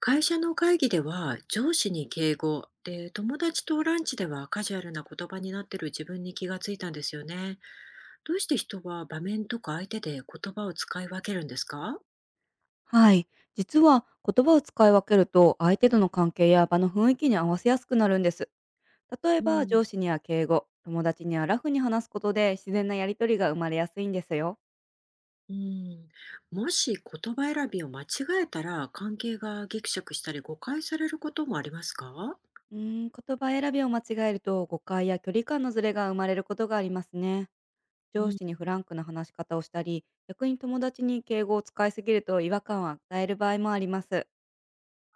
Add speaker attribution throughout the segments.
Speaker 1: 会社の会議では上司に敬語で友達とランチではカジュアルな言葉になってる自分に気がついたんですよね。どうして人は場面とか相手で言葉を使い分けるんですか？
Speaker 2: はい。実は言葉を使い分けると相手との関係や場の雰囲気に合わせやすくなるんです。例え
Speaker 1: う
Speaker 2: ば
Speaker 1: ん、
Speaker 2: 上司には敬語、友達にはラフに話すことで自然なやりとりが生まれやすいんですよ。
Speaker 1: うん、もし言葉選びを間違えたら関係がギクシャクしたり誤解されることもありますか？
Speaker 2: うー言葉選びを間違えると誤解や距離感のズレが生まれることがありますね。
Speaker 1: う
Speaker 2: 上
Speaker 1: ん。
Speaker 2: 司にフランクな話し方をしたり、逆に友達に敬語を使いすぎると違和感を与える場合もあります。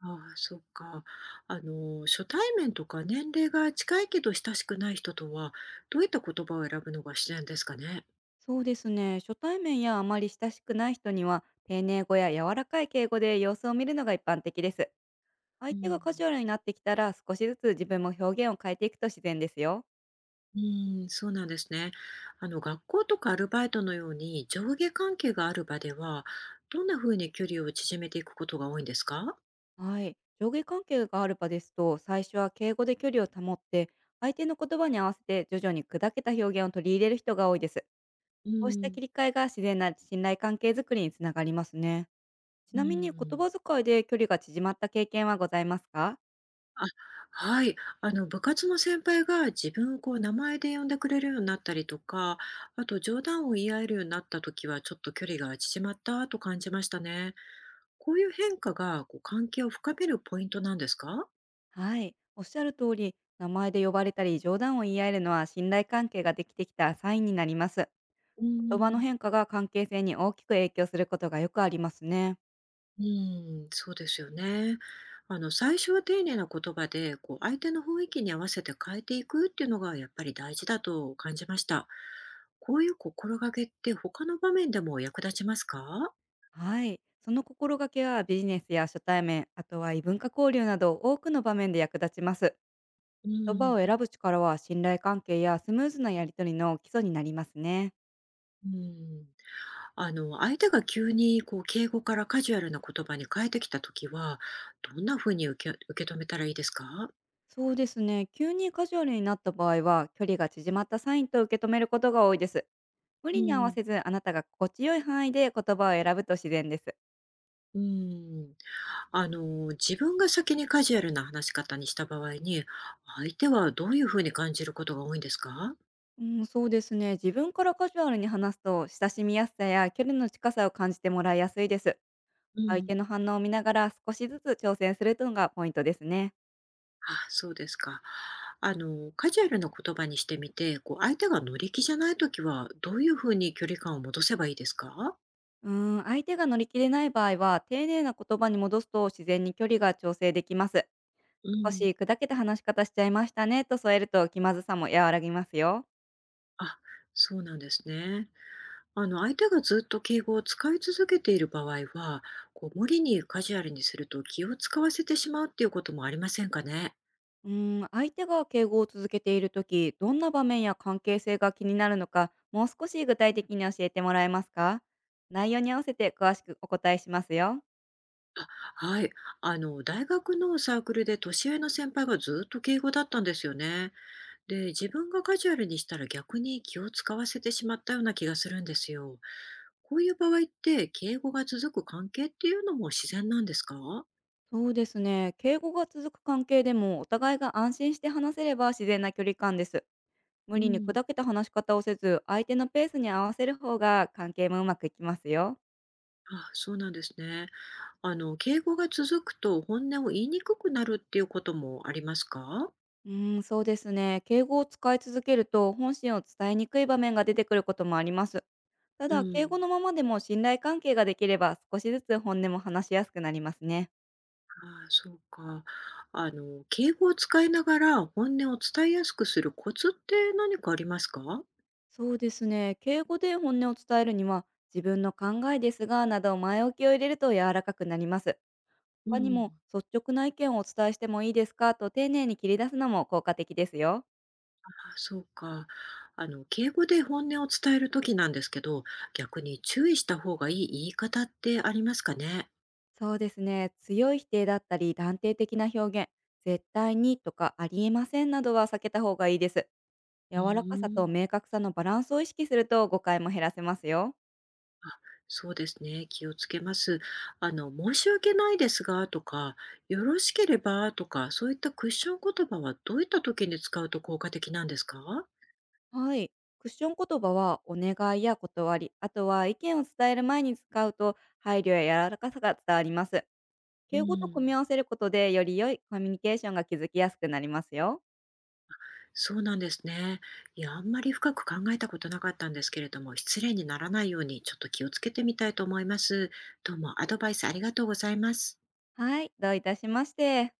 Speaker 1: ああ、そっか。初対面とか年齢が近いけど親しくない人とは、どういった言葉を選ぶのが自然ですかね。
Speaker 2: そうですね。初対面やあまり親しくない人には丁寧語や柔らかい敬語で様子を見るのが一般的です。
Speaker 1: う
Speaker 2: 相手が
Speaker 1: ん。
Speaker 2: カジュアルになってきたら、少しずつ自分も表現を変えていくと自然ですよ。
Speaker 1: うん、そうなんですね。学校とかアルバイトのように上下関係がある場では、どんなふうに距離を縮めていくことが多いんですか？
Speaker 2: はい。上下関係がある場ですと、最初は敬語で距離を保って、相手の言葉に合わせて徐々に砕けた表現を取り入れる人が多いです。
Speaker 1: う
Speaker 2: こうした切
Speaker 1: ん。
Speaker 2: り替えが自然な信頼関係づくりにつながりますね。ち
Speaker 1: う
Speaker 2: なみに、言
Speaker 1: ん。
Speaker 2: 葉遣いで距離が縮まった経験はございますか？
Speaker 1: あ、はい。部活の先輩が自分をこう名前で呼んでくれるようになったりとか、あと冗談を言い合えるようになった時は、ちょっと距離が縮まったと感じましたね。こういう変化が、関係を深めるポイントなんですか？
Speaker 2: はい。おっしゃる通り、名前で呼ばれたり冗談を言い合えるのは信頼関係ができてきたサインになります。
Speaker 1: う
Speaker 2: 言葉の
Speaker 1: ん。
Speaker 2: 変化が関係性に大きく影響することがよくありますね。
Speaker 1: うん、そうですよね。最初は丁寧な言葉で、相手の雰囲気に合わせて変えていくっていうのがやっぱり大事だと感じました。こういう心がけって他の場面でも役立ちますか？
Speaker 2: はい。その心がけはビジネスや初対面、あとは異文化交流など多くの場面で役立ちます。
Speaker 1: う
Speaker 2: 言葉
Speaker 1: ん。
Speaker 2: を選ぶ力は信頼関係やスムーズなやり取りの基礎になりますね。
Speaker 1: うん。相手が急に敬語からカジュアルな言葉に変えてきたときは、どんなふうに受け止めたらいいですか？
Speaker 2: そうですね。急にカジュアルになった場合は、距離が縮まったサインと受け止めることが多いです。無
Speaker 1: う
Speaker 2: 理に合わ
Speaker 1: ん。
Speaker 2: せず、あなたが心地よい範囲で言葉を選ぶと自然です。
Speaker 1: うん。自分が先にカジュアルな話し方にした場合に、相手はどういうふうに感じることが多いんですか？
Speaker 2: うん、そうですね。自分からカジュアルに話すと、親しみやすさや距離の近さを感じてもらいやすいです。
Speaker 1: う
Speaker 2: 相
Speaker 1: ん、
Speaker 2: 手の反応を見ながら少しずつ挑戦するというのがポイントですね。
Speaker 1: あ、そうですか。カジュアルな言葉にしてみて、相手が乗り気じゃないときは、どういうふうに距離感を戻せばいいですか？
Speaker 2: うん、相手が乗り切れない場合は、丁寧な言葉に戻すと自然に距離が調整できます。
Speaker 1: う
Speaker 2: 少し
Speaker 1: ん、
Speaker 2: 砕けた話し方しちゃいましたねと添えると気まずさも和らぎますよ。
Speaker 1: あ、そうなんですね。相手がずっと敬語を使い続けている場合は、無理にカジュアルにすると気を使わせてしまうっていうこともありませんかね？
Speaker 2: 相手が敬語を続けているとき、どんな場面や関係性が気になるのか、もう少し具体的に教えてもらえますか？内容に合わせて詳しくお答えしますよ。
Speaker 1: あ、はい。大学のサークルで年上の先輩がずっと敬語だったんですよね。で、自分がカジュアルにしたら逆に気を使わせてしまったような気がするんですよ。こういう場合って、敬語が続く関係っていうのも自然なんですか？
Speaker 2: そうですね。敬語が続く関係でも、お互いが安心して話せれば自然な距離感です。無
Speaker 1: う
Speaker 2: 理に
Speaker 1: ん、
Speaker 2: 砕けた話し方をせず、相手のペースに合わせる方が関係もうまくいきますよ。
Speaker 1: あ、そうなんですね。敬語が続くと本音を言いにくくなるっていうこともありますか？
Speaker 2: そうですね。敬語を使い続けると、本心を伝えにくい場面が出てくることもあります。た
Speaker 1: う
Speaker 2: だ、敬
Speaker 1: ん。
Speaker 2: 語のままでも信頼関係ができれば、少しずつ本音も話しやすくなりますね。
Speaker 1: ああ、そうか。敬語を使いながら本音を伝えやすくするコツって何かありますか？
Speaker 2: そうですね。敬語で本音を伝えるには、自分の考えですが、など前置きを入れると柔らかくなります。
Speaker 1: う
Speaker 2: 他にも、
Speaker 1: ん。
Speaker 2: 率直な意見をお伝えしてもいいですかと丁寧に切り出すのも効果的ですよ。
Speaker 1: あ、そうか。敬語で本音を伝えるときなんですけど、逆に注意した方がいい言い方ってありますかね？
Speaker 2: そうですね。強い否定だったり、断定的な表現、絶対にとかありえませんなどは避けた方がいいです。
Speaker 1: う
Speaker 2: 柔らかさ
Speaker 1: ー
Speaker 2: と
Speaker 1: ん。
Speaker 2: 明確さのバランスを意識すると誤解も減らせますよ。
Speaker 1: あ、そうですね、気をつけます。申し訳ないですがとか、よろしければとか、そういったクッション言葉はどういった時に使うと効果的なんですか？
Speaker 2: はい。クッション言葉はお願いや断り、あとは意見を伝える前に使うと配慮や柔らかさが伝わります。
Speaker 1: う
Speaker 2: 敬語と組み
Speaker 1: ん。
Speaker 2: 合わせることでより良いコミュニケーションが築きやすくなりますよ。
Speaker 1: そうなんですね。いや、あんまり深く考えたことなかったんですけれども、失礼にならないようにちょっと気をつけてみたいと思います。どうもアドバイスありがとうございます。
Speaker 2: はい。どういたしまして。